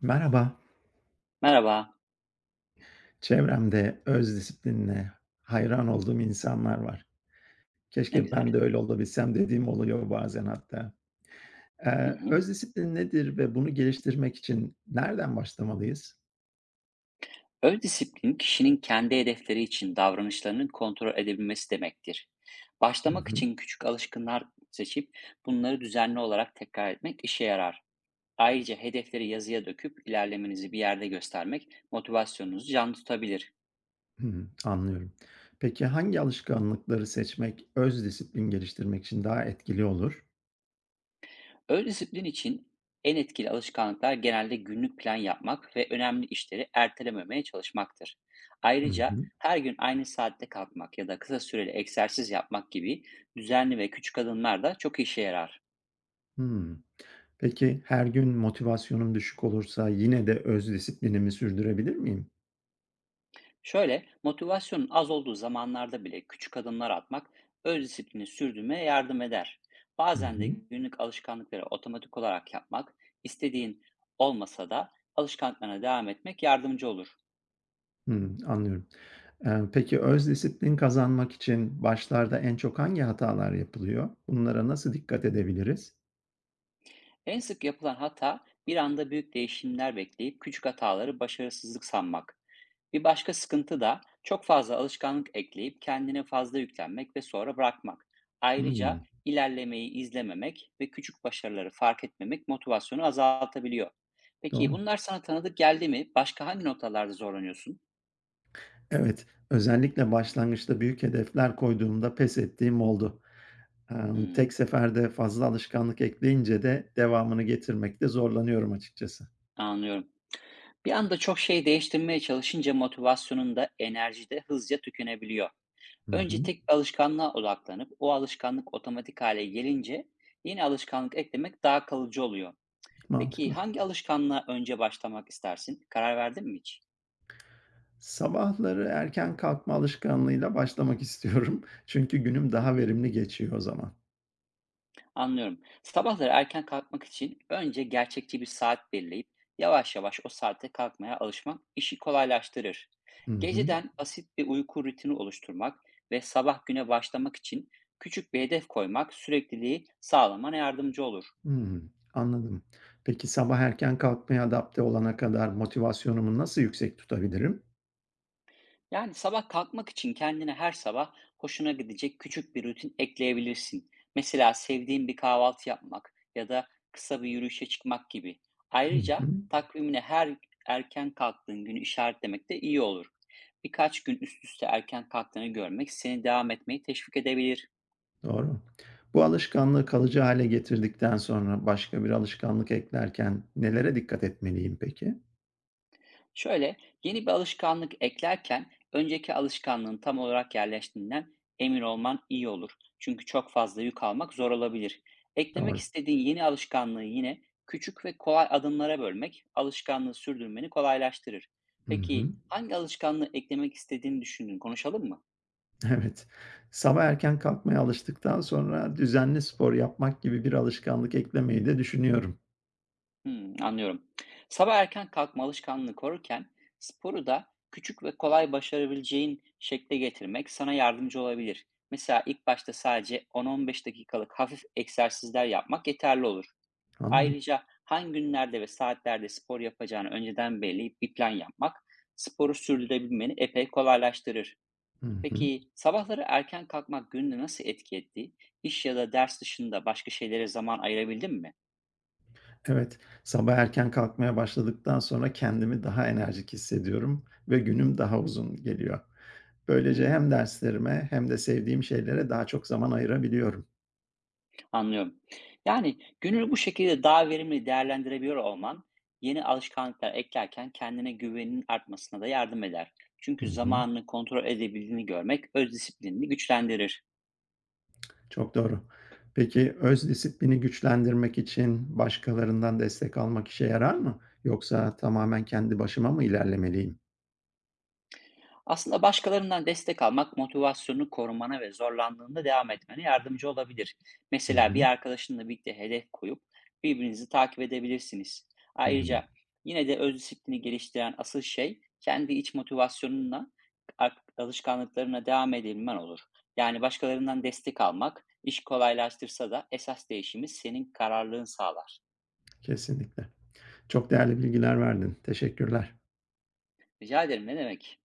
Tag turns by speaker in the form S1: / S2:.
S1: Merhaba.
S2: Merhaba,
S1: Çevremde öz disiplinine hayran olduğum insanlar var.
S2: ne
S1: "Keşke
S2: güzel.
S1: ben de öyle olabilsem." dediğim oluyor bazen hatta.
S2: Hı hı.
S1: Öz disiplin nedir ve bunu geliştirmek için nereden başlamalıyız?
S2: Öz disiplin kişinin kendi hedefleri için davranışlarını kontrol edebilmesi demektir.
S1: Hı
S2: Başlamak
S1: hı.
S2: için küçük alışkınlar seçip bunları düzenli olarak tekrar etmek işe yarar. Ayrıca hedefleri yazıya döküp ilerlemenizi bir yerde göstermek motivasyonunuzu canlı tutabilir.
S1: Hı hı. Anlıyorum. Peki hangi alışkanlıkları seçmek öz disiplin geliştirmek için daha etkili olur?
S2: Öz disiplin için en etkili alışkanlıklar genelde günlük plan yapmak ve önemli işleri ertelememeye çalışmaktır.
S1: Hı
S2: Ayrıca
S1: hı.
S2: her gün aynı saatte kalkmak ya da kısa süreli egzersiz yapmak gibi düzenli ve küçük adımlar da çok işe yarar.
S1: Hımm. Peki her gün motivasyonum düşük olursa yine de öz disiplinimi sürdürebilir miyim?
S2: Şöyle, motivasyonun az olduğu zamanlarda bile küçük adımlar atmak öz disiplini sürdürmeye yardım eder.
S1: Hı
S2: Bazen de
S1: hı.
S2: günlük alışkanlıkları otomatik olarak yapmak, istediğin olmasa da alışkanlıklarına devam etmek yardımcı olur.
S1: Hımm, anlıyorum. Peki öz disiplin kazanmak için başlarda en çok hangi hatalar yapılıyor? Bunlara nasıl dikkat edebiliriz?
S2: En sık yapılan hata bir anda büyük değişimler bekleyip küçük hataları başarısızlık sanmak. Bir başka sıkıntı da çok fazla alışkanlık ekleyip kendine fazla yüklenmek ve sonra bırakmak. Ayrıca
S1: Hımm,
S2: ilerlemeyi izlememek ve küçük başarıları fark etmemek motivasyonu azaltabiliyor. Peki
S1: doğru.
S2: bunlar sana tanıdık geldi mi? Başka hangi noktalarda zorlanıyorsun?
S1: Evet, özellikle başlangıçta büyük hedefler koyduğumda pes ettiğim oldu. Tek
S2: Hmm,
S1: seferde fazla alışkanlık ekleyince de devamını getirmekte zorlanıyorum açıkçası.
S2: anlıyorum. Bir anda çok şey değiştirmeye çalışınca motivasyonun da enerji de hızlıca tükenebiliyor.
S1: Hı
S2: Önce
S1: hı,
S2: tek bir alışkanlığa odaklanıp o alışkanlık otomatik hale gelince yeni alışkanlık eklemek daha kalıcı oluyor. Peki
S1: mantıklı.
S2: hangi alışkanlığa önce başlamak istersin? Karar verdin mi hiç?
S1: Sabahları erken kalkma alışkanlığıyla başlamak istiyorum. Çünkü günüm
S2: Hı
S1: daha
S2: hı.
S1: verimli geçiyor o zaman.
S2: Anlıyorum. Sabahları erken kalkmak için önce gerçekçi bir saat belirleyip yavaş yavaş o saate kalkmaya alışmak işi kolaylaştırır.
S1: Hı hı.
S2: Geceden basit bir uyku rutini oluşturmak ve sabah güne başlamak için küçük bir hedef koymak sürekliliği sağlamana yardımcı olur.
S1: Hımm, anladım. Peki, sabah erken kalkmaya adapte olana kadar motivasyonumu nasıl yüksek tutabilirim?
S2: Yani sabah kalkmak için kendine her sabah hoşuna gidecek küçük bir rutin ekleyebilirsin. Mesela sevdiğin bir kahvaltı yapmak ya da kısa bir yürüyüşe çıkmak gibi.
S1: Hı
S2: Ayrıca
S1: hı,
S2: takvimine her erken kalktığın günü işaretlemek de iyi olur. Birkaç gün üst üste erken kalktığını görmek seni devam etmeyi teşvik edebilir.
S1: doğru. Bu alışkanlığı kalıcı hale getirdikten sonra başka bir alışkanlık eklerken nelere dikkat etmeliyim peki?
S2: Şöyle, yeni bir alışkanlık eklerken önceki alışkanlığın tam olarak yerleştiğinden emin olman iyi olur. Çünkü çok fazla yük almak zor olabilir. Eklemek
S1: Doğru.
S2: istediğin yeni alışkanlığı yine küçük ve kolay adımlara bölmek alışkanlığı sürdürmeni kolaylaştırır.
S1: Hı hı.
S2: Peki hangi alışkanlığı eklemek istediğini düşündün? Konuşalım mı?
S1: Evet. Sabah erken kalkmaya alıştıktan sonra düzenli spor yapmak gibi bir alışkanlık eklemeyi de düşünüyorum.
S2: Hımm, anlıyorum. Sabah erken kalkma alışkanlığını korurken sporu da küçük ve kolay başarabileceğin şekle getirmek sana yardımcı olabilir. Mesela ilk başta sadece 10-15 dakikalık hafif egzersizler yapmak yeterli olur.
S1: Anladım.
S2: Ayrıca hangi günlerde ve saatlerde spor yapacağını önceden belirleyip bir plan yapmak sporu sürdürebilmeni epey kolaylaştırır.
S1: Hı hı.
S2: Peki sabahları erken kalkmak gününü nasıl etki etti? İş ya da ders dışında başka şeylere zaman ayırabildin mi?
S1: Evet, sabah erken kalkmaya başladıktan sonra kendimi daha enerjik hissediyorum ve günüm daha uzun geliyor. Böylece hem
S2: Hımm.
S1: derslerime hem de sevdiğim şeylere daha çok zaman ayırabiliyorum.
S2: Anlıyorum. Yani gününü bu şekilde daha verimli değerlendirebiliyor olman, yeni alışkanlıklar eklerken kendine güveninin artmasına da yardım eder.
S1: Hı
S2: Çünkü
S1: hı,
S2: zamanını kontrol edebildiğini görmek öz disiplinini güçlendirir.
S1: çok doğru. Peki öz disiplini güçlendirmek için başkalarından destek almak işe yarar mı? Yoksa tamamen kendi başıma mı ilerlemeliyim?
S2: Aslında başkalarından destek almak motivasyonunu korumana ve zorlandığında devam etmene yardımcı olabilir.
S1: Hı
S2: Mesela bir
S1: hı,
S2: arkadaşınla birlikte hedef koyup birbirinizi takip edebilirsiniz.
S1: hı hı,
S2: Ayrıca yine de öz disiplini geliştiren asıl şey kendi iç motivasyonunla a- alışkanlıklarına devam edebilmen olur. Yani başkalarından destek almak iş kolaylaştırsa da esas değişimi senin kararlılığın sağlar.
S1: kesinlikle. Çok değerli bilgiler verdin. Teşekkürler.
S2: Rica ederim ne demek?